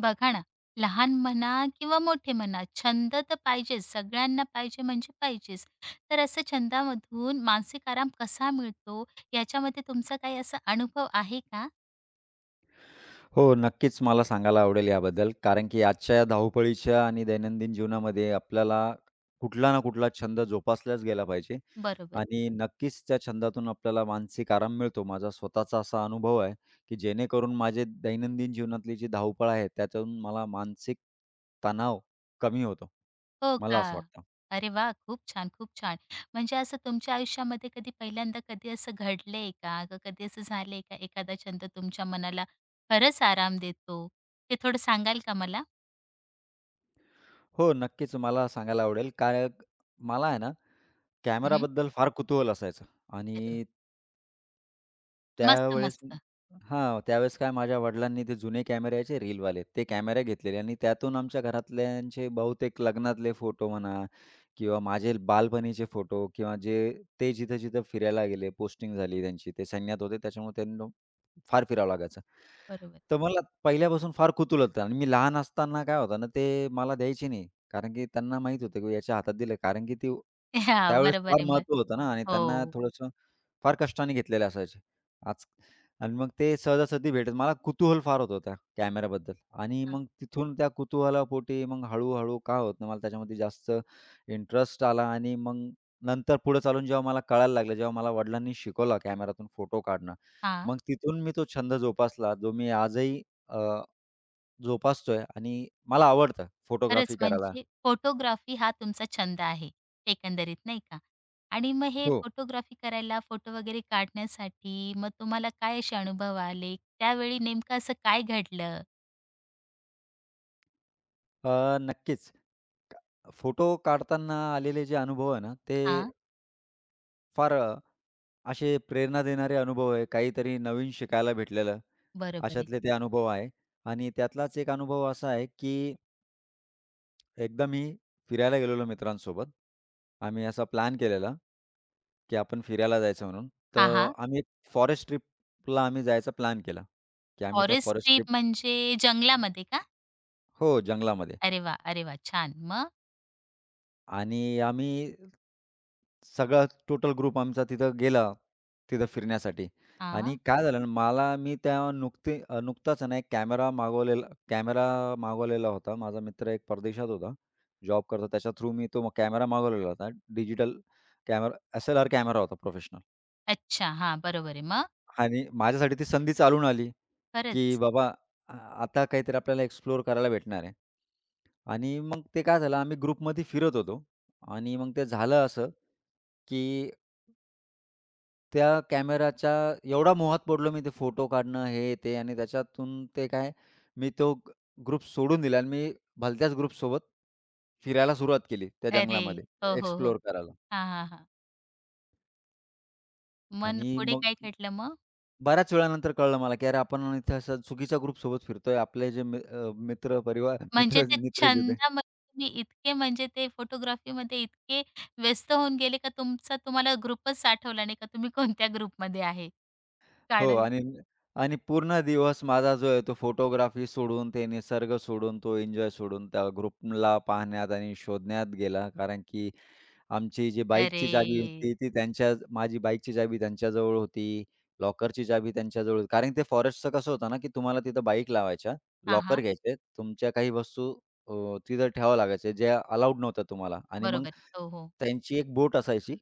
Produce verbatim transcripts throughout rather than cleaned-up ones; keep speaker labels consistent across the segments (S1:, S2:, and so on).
S1: बघा ना, लहान म्हणा किंवा मोठे म्हणा, छंद तर पाहिजेच. सगळ्यांना पाहिजे म्हणजे पाहिजेच. तर असं छंदामधून मानसिक आराम कसा मिळतो, याच्यामध्ये तुमचा काही असा अनुभव आहे का?
S2: हो, नक्कीच मला सांगायला आवडेल याबद्दल. कारण की आजच्या या धावपळीच्या आणि दैनंदिन जीवनामध्ये आपल्याला कुठला ना कुठला छंद जोपासलाच गेला पाहिजे
S1: बरोबर.
S2: आणि नक्कीच त्या छंदातून आपल्याला मानसिक आराम मिळतो. माझा स्वतःचा असा अनुभव आहे, की जेणेकरून माझे दैनंदिन जीवनातली जी धावपळ आहे, त्यातून मला मानसिक तणाव कमी होतो.
S1: हो
S2: मला
S1: का?
S2: असं वाटतं.
S1: अरे वा, खूप छान, खूप छान. म्हणजे असं तुमच्या आयुष्यामध्ये कधी पहिल्यांदा कधी असं घडलंय का? का कधी असं झालंय का एखादा छंद तुमच्या मनाला खरंच आराम देतो? ते थोडं सांगाल का मला?
S2: हो, नक्कीच मला सांगायला आवडेल. कारण मला आहे ना,
S1: हं.
S2: कॅमेराबद्दल फार कुतूहल असायचं
S1: अरे वाह!
S2: आणि
S1: मस्त,
S2: त्यावेळेस
S1: मस्त.
S2: हां, त्यावेळेस काय माझ्या वडिलांनी ते जुने कॅमेरे यायचे रीलवाले, ते कॅमेरे घेतलेले आणि त्यातून आमच्या घरातल्यांचे बहुतेक लग्नातले फोटो म्हणा किंवा माझे बालपणीचे फोटो किंवा जे ते जिथं-जिथं फिरायला गेले, पोस्टिंग झाली त्यांची, ते सैन्यात होते त्याच्यामुळे त्यांना फार फिरावं लागायचं.
S1: बरोबर.
S2: तर मला पहिल्यापासून फार कुतूहल होतं आणि मी लहान असताना काय होतं ना, ते मला द्यायचे नाही. कारण की त्यांना माहीत होतं की याच्या हातात दिलं कारण की ती
S1: हां,
S2: त्यावेळेस
S1: बरोबर
S2: फार
S1: आहे मग.
S2: महत्त्व होतं ना आणि
S1: हो.
S2: त्यांना थोडंसं फार कष्टाने घेतलेले असायचे. आज आणि मग ते सहजासहजी भेटत. मला कुतूहल फार होतं त्या कॅमेराबद्दल आणि
S1: हां,
S2: मग तिथून त्या कुतूहलापोटी मग हळू-हळू का होत नाही, मला त्याच्यामध्ये जास्त इंटरेस्ट आला आणि मग नंतर पुढे चालून जेव्हा मला कळायला लागलं, जेव्हा मला वडिलांनी शिकवला कॅमेरातून फोटो काढणं.
S1: हां.
S2: मग तिथून मी तो छंद जोपासला, जो मी आजही अ, जोपासतोय आणि मला आवडतं
S1: खरंच
S2: फोटोग्राफी करायला.
S1: म्हणजे फोटोग्राफी हा तुमचा छंद आहे, एकंदरीत नाही का? आणि मग हे
S2: हो.
S1: फोटोग्राफी करायला, फोटो वगैरे काढण्यासाठी मग तुम्हाला काय असे अनुभव आले? त्यावेळी नेमकं असं काय घडलं?
S2: अ, नक्कीच. क फोटो काढताना आलेले जे अनुभव आहे ना, ते
S1: हां,
S2: फार अ, असे प्रेरणा देणारे अनुभव आहे. काहीतरी नवीन शिकायला भेटलेलं,
S1: बरोबर आहे.
S2: अशातले ते अनुभव आहे. आणि त्यातलाच एक अनुभव असा आहे, की एकदा मी फिरायला गेलेलो मित्रांसोबत. आम्ही असा प्लॅन केलेला, की आपण फिरायला जायचं म्हणून.
S1: हां,
S2: तर
S1: हां.
S2: आम्ही एक फॉरेस्ट ट्रिपला आम्ही जायचा प्लॅन केला, की आम्ही त्या
S1: फॉरेस्ट
S2: फॉरेस्ट ट्रिप
S1: ट्रिप म्हणजे जंगलामध्ये का?
S2: हो, जंगलामध्ये.
S1: अरे वाह! अरे वाह! छान. मग?
S2: आणि आम्ही सगळा टोटल ग्रुप आमचा तिथं गेला, तिथं फिरण्यासाठी आणि
S1: हां.
S2: काय झालं ना, मला मी त्या नुकती अ, नुकताच आहे ना, एक कॅमेरा मागवलेला कॅमेरा मागवलेला होता. माझा मित्र एक परदेशात होता, जॉब करतो. त्याच्या थ्रू मी तो कॅमेरा मागवलेला होता. डिजिटल कॅमेरा एसएलआर कॅमेरा होता प्रोफेशनल
S1: अच्छा. हां, बरोबर आहे. मग?
S2: आणि माझ्यासाठी ती संधी चालून आली, की
S1: खरंच.
S2: बाबा आ आता काहीतरी आपल्याला एक्सप्लोअर करायला भेटणार आहे आणि मग ते काय झालं, आम्ही ग्रुपमध्ये फिरत होतो आणि मग ते झालं असं की त्या कॅमेराच्या एवढा मोहात पडलो मी ते फोटो काढणं हे ते आणि त्याच्यातून ते काय मी तो ग्रुप सोडून दिला आणि मी भलत्याच group सोबत फिरायला सुरुवात केली त्या
S1: अरे!
S2: जंगलामध्ये
S1: हो, हो, हो.
S2: एक्सप्लोअर करायला.
S1: हां, हां, हां. मग
S2: आणि
S1: पुढे
S2: मग
S1: काय घडलं मग?
S2: बऱ्याच वेळानंतर कळलं मला की अरे आपण इथे असा चुकीच्या ग्रुपसोबत फिरतोय. आपले जे मि अ, मित्र परिवार
S1: म्हणजे
S2: मित्र
S1: ते
S2: मित्र जे होते
S1: छंदामध्ये तुम्ही इतके म्हणजे ते फोटोग्राफीमध्ये इतके व्यस्त होऊन गेले का तुमचा तुम्हाला ग्रुपच आठवला नाही का तुम्ही कोणत्या ग्रुपमध्ये आहे?
S2: हो
S1: काढू.
S2: आणि आणि पूर्ण दिवस माझा जो आहे तो फोटोग्राफी सोडून, ते निसर्ग सोडून, तो एन्जॉय सोडून त्या ग्रुपला पाहण्यात आणि शोधण्यात गेला. कारण की आमची जी बाईकची
S1: अरे!
S2: चावी होती ती त्यांच्या माझी बाईकची चावी त्यांच्याजवळ होती. लॉकरची चावी त्यांच्याजवळ होती. कारण ते फॉरेस्टचं कसं होतं ना, की तुम्हाला तिथं बाईक लावायच्या,
S1: हां,
S2: लॉकर
S1: हां.
S2: घ्यायचे. तुमच्या काही वस्तू अ, तिथं ठेवावं लागायचे, ज्या अलाउड नव्हत्या तुम्हाला आणि मग
S1: बरोबर आहे. हो, हो.
S2: त्यांची एक बोट असायची.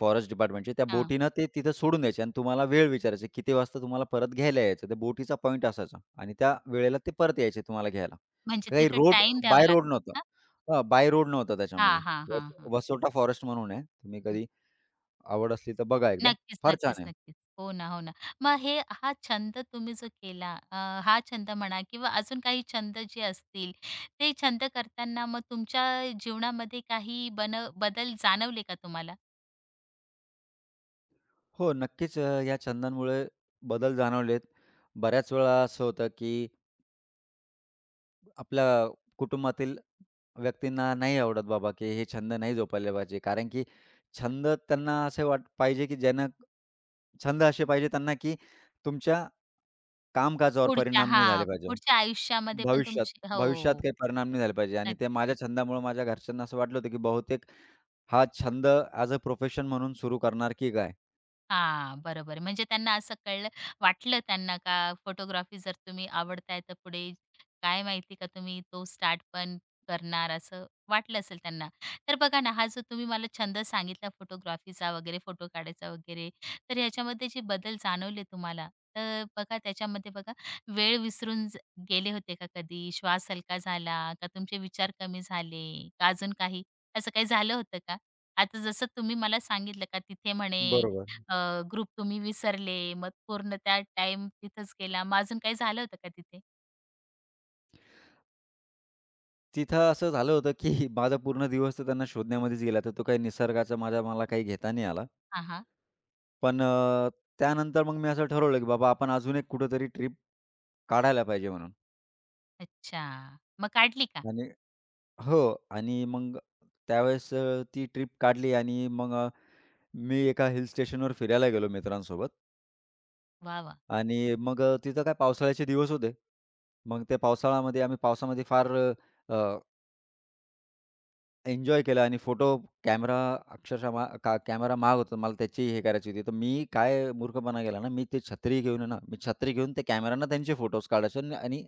S2: फॉरेस्ट डिपार्टमेंटची त्या
S1: हां.
S2: बोटीनं ते तिथं सोडून द्यायचे आणि तुम्हाला वेळ विचारायचे, किती वाजता तुम्हाला परत घ्यायला यायचं. त्या बोटीचा पॉइंट असायचा आणि त्या वेळेला ते परत यायचे तुम्हाला घ्यायला.
S1: म्हणजे
S2: काही
S1: तिथे
S2: रोड
S1: टाईम द्यावा
S2: बाय रोड
S1: लागतो
S2: नव्हतं.
S1: का?
S2: हां, बाय रोड नव्हतं
S1: हां,
S2: त्याच्यामध्ये.
S1: हां,
S2: वस
S1: हां, हां.
S2: वसोटा फॉरेस्ट म्हणून आहे. तुम्ही
S1: हं.
S2: कधी आवड असली तर बघा एकदा.
S1: नक्कीच,
S2: फार छान
S1: नक्कीच,
S2: आहे.
S1: नक्कीच. हो ना, हो ना. मग हे हा छंद तुम्ही जो केला अ, हा छंद म्हणा किंवा अजून काही छंद जे असतील, ते छंद करताना मग तुमच्या जीवनामध्ये काही बन बदल जाणवले का तुम्हाला?
S2: हो, नक्कीच अ, या छंदांमुळे बदल जाणवलेत. बऱ्याच वेळा असं होतं की आपल्या कुटुंबातील व्यक्तींना नाही आवडत बाबा, की हे छंद नाही जोपासले पाहिजे. कारण की छंद त्यांना असे वाट पाहिजे, की ज्यानं छंद असे पाहिजे त्यांना, की तुमच्या कामकाजावर
S1: पुढच्या
S2: परिणाम नाही झाले
S1: हां,
S2: पाहिजे.
S1: पुढच्या आयुष्यामध्ये पण
S2: भविष्यात
S1: तुमची
S2: भविष्यात
S1: हो.
S2: काही परिणाम नाही झाले पाहिजे आणि ते माझ्या
S1: नक्कीच.
S2: छंदामुळे माझ्या घरच्यांना असं वाटलं होतं, की बहुतेक हा छंद ॲज अ प्रोफेशन म्हणून सुरू करणार की काय?
S1: हां, बरोबर आहे. म्हणजे त्यांना असं कळलं वाटलं त्यांना का फोटोग्राफी जर तुम्ही आवडताय तर पुढे काय माहिती का तुम्ही तो स्टार्ट पण करणार असं वाटलं असेल त्यांना. तर बघा ना, हा जो तुम्ही मला छंद सांगितला फोटोग्राफीचा वगैरे, फोटो काढायचा वगैरे, तर ह्याच्यामध्ये जे बदल जाणवले तुम्हाला, तर बघा त्याच्यामध्ये बघा वेळ विसरून ज गेले होते का कधी? श्वास हलका झाला का तुमचे विचार कमी झाले का अजून काही? असं काही झालं होतं का? आता जसं तुम्ही मला सांगितलं का तिथे म्हणे
S2: बरोबर.
S1: अ, ग्रुप तुम्ही विसरले, मग पूर्ण त्या टाइम तिथंच गेला. मग अजून काही झालं होतं का तिथे?
S2: तिथं असं झालं होतं, की माझा पूर्ण दिवस तर त्यांना शोधण्यामध्येच गेला. तर तो काही निसर्गाचा माझा मला काही घेता नाही आला.
S1: हां, हां.
S2: पण अ, त्यानंतर मग मी असं ठरवलं, की बाबा आपण अजून एक कुठेतरी ट्रिप काढायला पाहिजे म्हणून.
S1: अच्छा. मग काढली का?
S2: आणि हो आणि मग त्यावेळेस अ, ती ट्रिप काढली आणि मग अ, मी एका हिल स्टेशनवर फिरायला गेलो मित्रांसोबत
S1: वाह, वाह!
S2: आणि मग अ, तिथं काय पावसाळ्याचे दिवस होते. मग त्या पावसाळ्यामध्ये आम्ही पावसामध्ये फार अ, एन्जॉय केला आणि फोटो कॅमेरा अक्षरशः मा का कॅमेरा महाग होता. मला त्याची हे करायची होती. तर मी काय मूर्खपणा केला ना, मी ती छत्री घेऊन आहे ना, मी छत्री घेऊन त्या कॅमेरानं त्यांचे फोटोज काढायचो आणि आणि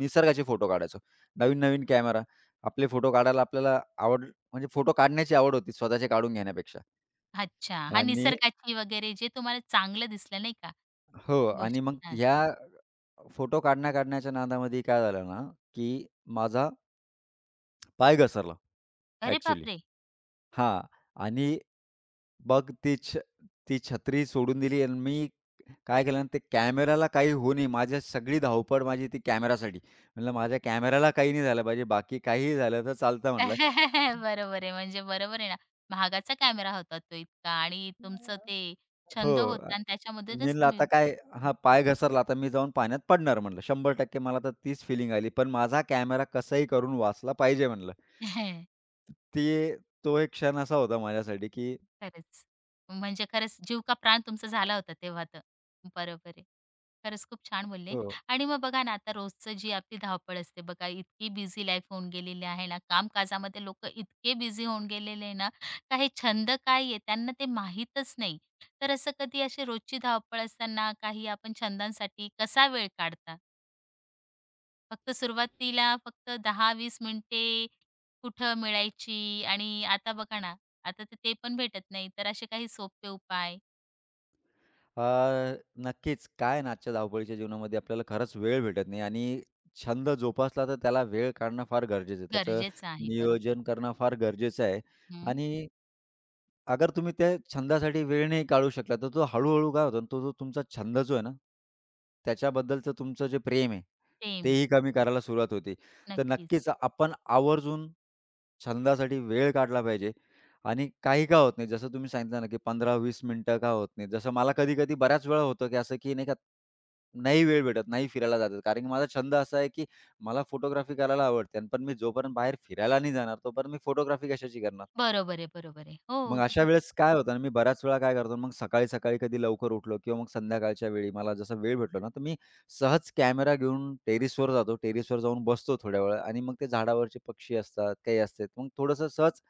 S2: निसर्गाचे फोटो काढायचो. नवीन-नवीन कॅमेरा. आपले फोटो काढायला आपल्याला आवड म्हणजे फोटो काढण्याची आवड होती स्वतःचे काढून घेण्यापेक्षा.
S1: अच्छा. हां,
S2: आणि
S1: निसर्गाची वगैरे जे तुम्हाला चांगलं दिसलं नाही का
S2: हो आणि
S1: गोष्टी.
S2: मग
S1: हां.
S2: ह्या फोटो काढण्या-काढण्याच्या नादामध्ये काय झालं ना, की माझा पाय घसरला
S1: अरे
S2: ॲक्चुअली.
S1: बापरे!
S2: हां. आणि मग ती छ ती छत्री सोडून दिली आणि मी काय केलं ना, ते कॅमेराला काही होऊ नये माझी सगळी धावपळ माझी ती कॅमेरासाठी. म्हणलं माझ्या कॅमेराला काही नाही झालं पाहिजे. बाकी काहीही झालं तर चालतं म्हणलं.
S1: बरोबर आहे. म्हणजे बरोबर आहे ना, महागाचा कॅमेरा होता तो इतका आणि तुमचं ते
S2: हो.
S1: छंद
S2: अ,
S1: होता आणि
S2: मी
S1: त्याच्यामधूनच
S2: म्हणलं
S1: तुम्ही
S2: आता काय हां,
S1: नक्कीच.
S2: पाय घसरला आता मी जाऊन पाण्यात पडणार म्हणलं. शंभर टक्के मला तर तीच फिलिंग आली. पण माझा कॅमेरा कसंही करून वाचला पाहिजे म्हणलं. ते तो एक क्षण असा होता माझ्यासाठी, की
S1: खरंच. म्हणजे खरंच जीव का प्राण तुमचा झाला होता तेव्हा तर. बरोबर आहे. खरंच खूप छान बोलले.
S2: हो.
S1: आणि मग बघा ना, आता रोजचं जी आपली धावपळ असते बघा, इतकी बिझी लाईफ होऊन गेलेली आहे ना, कामकाजामध्ये लोकं इतके बिझी होऊन गेलेले आहे ना, का हे छंद काय आहे त्यांना ते माहीतच नाही. तर असं कधी अशी रोजची धावपळ असताना काही आपण छंदांसाठी कसा वेळ काढता? फक्त सुरुवातीला फक्त दहा ते वीस मिनिटे कुठं मिळायची आणि आता बघा ना, आता तर ते पण भेटत नाही. तर असे काही सोपे उपाय
S2: अ, नक्कीच. काय आहे ना आजच्या धावपळीच्या जीवनामध्ये आपल्याला खरंच वेळ भेटत नाही आणि छंद जोपासला तर त्याला वेळ काढणं फार गरजेचं आहे. त्याचं
S1: गरजेचं आहे. बरोबर.
S2: नियोजन करणं फार गरजेचं आहे
S1: हं.
S2: आणि अगर तुम्ही त्या छंदासाठी वेळ नाही काढू शकला, तर तो हळू काय होतो ना, तो जो तुमचा छंद जो आहे ना, त्याच्याबद्दलचं तुमचं जे प्रेम आहे,
S1: सेम.
S2: तेही कमी करायला सुरुवात होते. तर
S1: नक्कीच.
S2: नक्कीच आपण आवर्जून छंदासाठी वेळ काढला पाहिजे. आणि काही का होत नाही. जसं तुम्ही सांगितलं ना, की पंधरा ते वीस मिनिटं का होत नाही. जसं मला कधी-कधी बऱ्याच वेळा होतं, की असं की नाही का, नाही वेळ भेटत, नाही फिरायला जात आहेत. कारण की माझा छंद असा आहे, की मला फोटोग्राफी करायला आवडते. आणि पण मी जोपर्यंत बाहेर फिरायला नाही जाणार, तोपर्यंत मी फोटोग्राफी कशाची करणार?
S1: बरोबर आहे, बरोबर आहे.
S2: मग
S1: हो, तर
S2: अशा
S1: बरं
S2: वेळेस काय होतं ना, मी बऱ्याच वेळा काय करतो ना, मग सकाळी-सकाळी कधी लवकर उठलो किंवा मग संध्याकाळच्या वेळी मला जसा वेळ भेटलो ना, तर मी सहज कॅमेरा घेऊन टेरेसवर जातो. टेरेसवर जाऊन बसतो थोड्या वेळ आणि मग ते झाडावरचे पक्षी असतात, काही असतात. मग थोडंसं सहज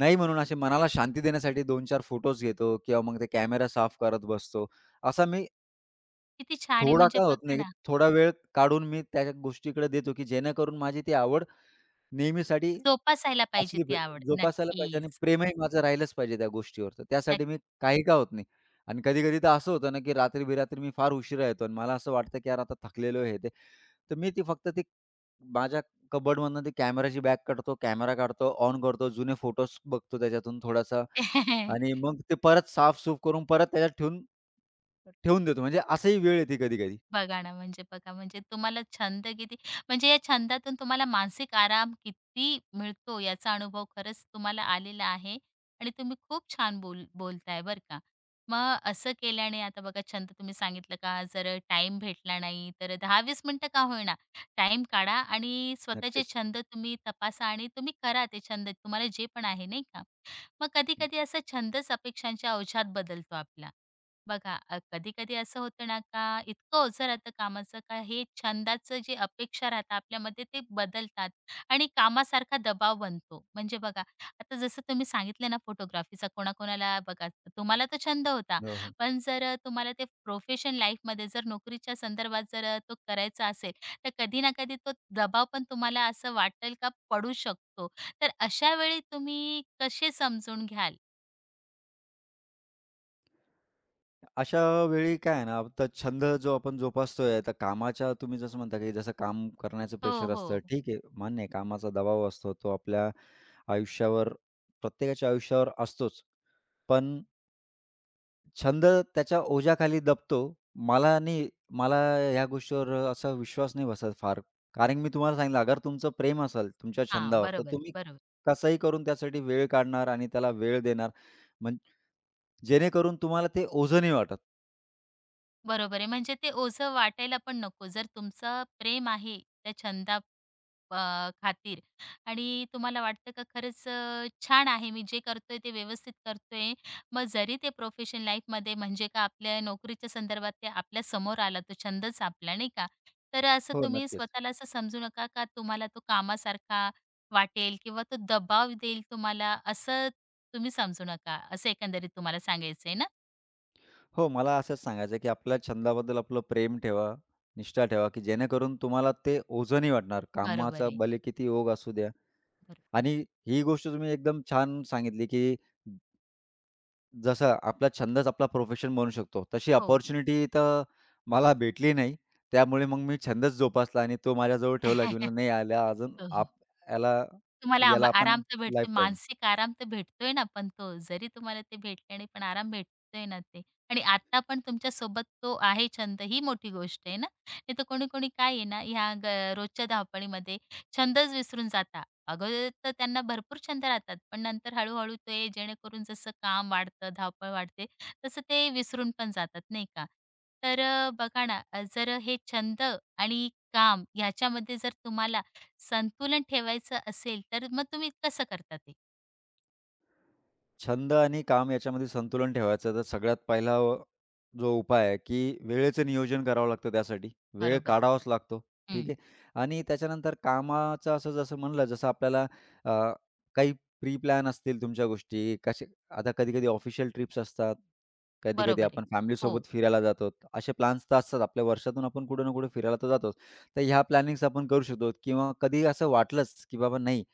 S2: नाही म्हणून असे मनाला शांती देण्यासाठी दोन ते चार फोटोज घेतो किंवा मग ते कॅमेरा साफ करत बसतो. असा मी
S1: किती छान आहे.
S2: थोडा
S1: म्हणजे
S2: का होत
S1: बघा
S2: नाही,
S1: ना,
S2: थोडा वेळ काढून मी त्या गोष्टीकडे देतो, की जेणेकरून माझी ती आवड नेहमीसाठी
S1: जोपासायला पाहिजे
S2: असली
S1: ती
S2: पाहि
S1: आवड.
S2: जोपासायला पाहिजे आणि
S1: नक्कीच.
S2: प्रेमही माझं राहिलंच पाहिजे त्या गोष्टीवर. तर त्यासाठी
S1: नक्की.
S2: मी काही का होत नाही. आणि कधी-कधी तर असं होतं ना, की रात्री-बिरात्री मी फार उशिरा येतो आणि मला असं वाटतं, की यार आता थकलेलो आहे हे ते. तर मी ती फक्त ती माझ्या कबर्डमधनं ती कॅमेराची बॅग काढतो, कॅमेरा काढतो, ऑन करतो, जुने फोटोज बघतो त्याच्यातून थोडासा आणि मग ते परत साफ-सूफ करून परत त्याच्यात ठेवून ठेवून देतो. म्हणजे असंही वेळ येते कधी-कधी.
S1: बघा ना, म्हणजे बघा, म्हणजे तुम्हाला छंद किती म्हणजे या छंदातून तुम्हाला मानसिक आराम किती मिळतो याचा अनुभव खरंच तुम्हाला आलेला आहे आणि तुम्ही खूप छान बोल बोलताय बरं का. मग असं केल्याने आता बघा छंद तुम्ही सांगितलं का जर टाइम भेटला नाही तर दहा ते वीस मिनिटं का होईना टाईम काढा आणि स्वतःचे
S2: नक्कीच.
S1: छंद तुम्ही तपासा आणि तुम्ही करा ते छंद तुम्हाला जे पण आहे नाही का. मग कधी-कधी असा छंदच अपेक्षांच्या अवजात बदलतो आपला. बघा अ, कधी-कधी असं होतं ना का इतकं ओझं राहतं कामाचं का हे छंदाचं जे अपेक्षा राहतात आपल्यामध्ये ते बदलतात आणि कामासारखा दबाव बनतो. म्हणजे बघा आता जसं तुम्ही सांगितलं ना फोटोग्राफीचा कोणाकोणाला बघा तुम्हाला तो छंद होता.
S2: हो, हो.
S1: पण जर तुम्हाला ते प्रोफेशन लाईफमध्ये जर नोकरीच्या संदर्भात जर तो करायचा असेल तर कधी ना कधी तो दबाव पण तुम्हाला असं वाटेल का पडू शकतो. तर अशा वेळी तुम्ही कसे समजून घ्याल?
S2: अशा वेळी काय आहे ना, आता छंद जो आपण जोपासतोय, तर कामाच्या तुम्ही जसं म्हणता, की जसं काम करण्याचं
S1: हो,
S2: प्रेशर असतं.
S1: हो.
S2: ठीक आहे, मान्य आहे. कामाचा दबाव असतो, तो आपल्या आयुष्यावर, प्रत्येकाच्या आयुष्यावर असतोच. पण छंद त्याच्या ओझ्याखाली दबतो. मला नाही मला ह्या गोष्टीवर असा विश्वास नाही बसत फार. कारण मी तुम्हाला सांगितलं, अगर तुमचं प्रेम असेल तुमच्या
S1: हां.
S2: छंदावर, तर
S1: बरोबर.
S2: तुम्ही कसंही करून त्यासाठी वेळ काढणार आणि त्याला वेळ देणार. म्हणजे जेणेकरून तुम्हाला ते ओझं नाही वाटत.
S1: बरोबर आहे. म्हणजे ते ओझं वाटायला पण नको. जर तुमचं प्रेम आहे त्या छंदा अ, खातीर आणि तुम्हाला वाटतं का खरंच अ, छान आहे मी जे करतोय ते व्यवस्थित करतोय. मग जरी ते प्रोफेशन लाईफमध्ये म्हणजे का आपल्या नोकरीच्या संदर्भात ते आपल्या समोर आला तो छंदच आपला नाही का. तर असं
S2: हो,
S1: तुम्ही
S2: नक्कीच.
S1: स्वतःला असं समजू नका का तुम्हाला तो कामासारखा वाटेल किंवा तो दबाव देईल तुम्हाला असं तुम्ही समजू नका. असं एकंदरीत तुम्हाला सांगायचंय ना?
S2: हो, मला असंच सांगायचं आहे, की आपल्या छंदाबद्दल आपलं प्रेम ठेवा, निष्ठा ठेवा, की जेणेकरून तुम्हाला ते ओझं नाही वाटणार.
S1: बरोबर
S2: कामाचा
S1: आहे.
S2: भले किती ओघ असू द्या.
S1: बरोबर आहे.
S2: आणि ही गोष्ट तुम्ही एकदम छान सांगितली, की जसा आपला छंदच आपला प्रोफेशन बनू शकतो, तशी
S1: हो.
S2: अपॉर्च्युनिटी तर मला भेटली नाही. त्यामुळे मग मी छंदच जोपासला आणि तो माझ्याजवळ ठेवला, की म्हणलं नाही याला अजून
S1: हो, हो.
S2: आप याला
S1: तुम्हाला
S2: याला
S1: आंबा
S2: आपण
S1: आराम तर भेटतो,
S2: लाईफटाईम
S1: मानसिक आराम तर भेटतोय ना, पण तो जरी तुम्हाला ते भेटले नाही, पण आराम भेटतोय ना ते. आणि आता पण तुमच्यासोबत तो आहे छंद, ही मोठी गोष्ट आहे ना. नाही तर कोणी-कोणी काय आहे ना, ह्या ग रोजच्या धावपळीमध्ये छंदच विसरून जाता. अगोदर तर त्यांना भरपूर छंद राहतात, पण नंतर हळू ते जेणेकरून जसं काम वाढतं, धावपळ वाढते, तसं ते विसरून पण जातात, नाही का? तर अ, बघा ना, अ, जर हे छंद आणि काम ह्याच्यामध्ये जर तुम्हाला संतुलन ठेवायचं असेल, तर मग तुम्ही कसं करता ते?
S2: छंद आणि काम याच्यामध्ये संतुलन ठेवायचं तर सगळ्यात पहिला व- जो उपाय आहे की वेळेचं नियोजन करावं लागतं त्यासाठी. वेळ
S1: बरोबर.
S2: काढावाच लागतो.
S1: हं.
S2: ठीक आहे. आणि त्याच्यानंतर कामाचं असं जसं म्हणलं जसं आपल्याला अ, काही प्री प्लॅन असतील तुमच्या गोष्टी कसे आता कधी-कधी ऑफिशियल ट्रिप्स असतात. कधी-कधी
S1: बरोबर आहे.
S2: आपण
S1: हो,
S2: फॅमिलीसोबत फिरायला जातो. असे प्लॅन्स तर असतात आपल्या वर्षातून आपण कुठे ना कुठे फिरायला तर जातोच. तर ह्या प्लॅनिंग्स आपण करू शकतो किंवा कधी असं वाटलंच की बाबा नाही,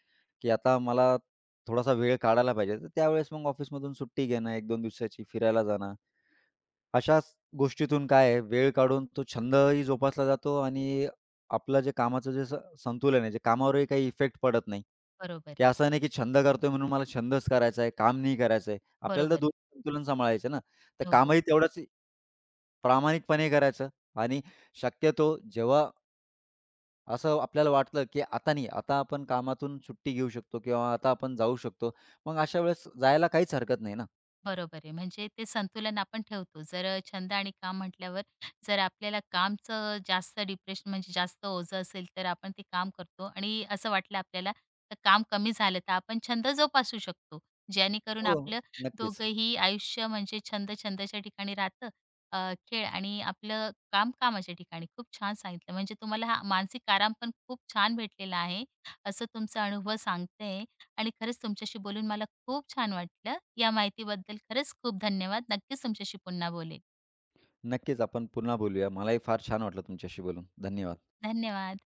S2: की आता मला थोडासा वेळ काढायला पाहिजे. तर त्यावेळेस मग ऑफिसमधून सुट्टी घेणं, एक दोन दिवसाची फिरायला जाणं. अशाच गोष्टीतून काय आहे, वेळ काढून तो छंदही जोपासला जातो आणि आपलं जे कामाचं जे स संतुलन आहे, जे कामावरही काही इफेक्ट पडत नाही.
S1: बरोबर
S2: की
S1: आहे.
S2: असं नाही की छंद करतोय म्हणून मला छंदच करायचा आहे, काम नाही करायचं आपल्याला तर
S1: बरोबर आहे.
S2: दोन्ही संतुलन सांभाळायचं ना. तर
S1: हो, हो.
S2: कामही तेवढंच प्रामाणिकपणे करायचं आणि शक्यतो जेव्हा असं आपल्याला वाटलं, की आता नाही, आता आपण कामातून सुट्टी घेऊ शकतो किंवा आता आपण जाऊ शकतो. मग अशा वेळेस जायला काहीच हरकत नाही ना.
S1: बरोबर आहे. म्हणजे ते संतुलन आपण ठेवतो. जर अ, छंद आणि काम म्हटल्यावर जर आपल्याला कामचं जास्त डिप्रेशन म्हणजे जास्त ओझं असेल, तर आपण ते काम करतो आणि असं वाटलं आपल्याला, तर काम कमी झालं तर आपण छंद जोपासू शकतो. जेणेकरून
S2: हो.
S1: आपलं
S2: नक्कीच.
S1: दोघंही आयुष्य म्हणजे छंद छंदाच्या ठिकाणी राहतं, अ, खेळ आणि आपलं काम कामाच्या ठिकाणी. खूप छान सांगितलं. म्हणजे तुम्हाला हा मानसिक आराम पण खूप छान भेटलेला आहे, असं तुमचा अनुभव सांगते. आणि खरंच तुमच्याशी बोलून मला खूप छान वाटलं. या माहितीबद्दल खरंच खूप धन्यवाद. नक्कीच तुमच्याशी पुन्हा बोलेल.
S2: नक्कीच आपण पुन्हा बोलूया. मलाही फार छान वाटलं तुमच्याशी बोलून. धन्यवाद.
S1: धन्यवाद.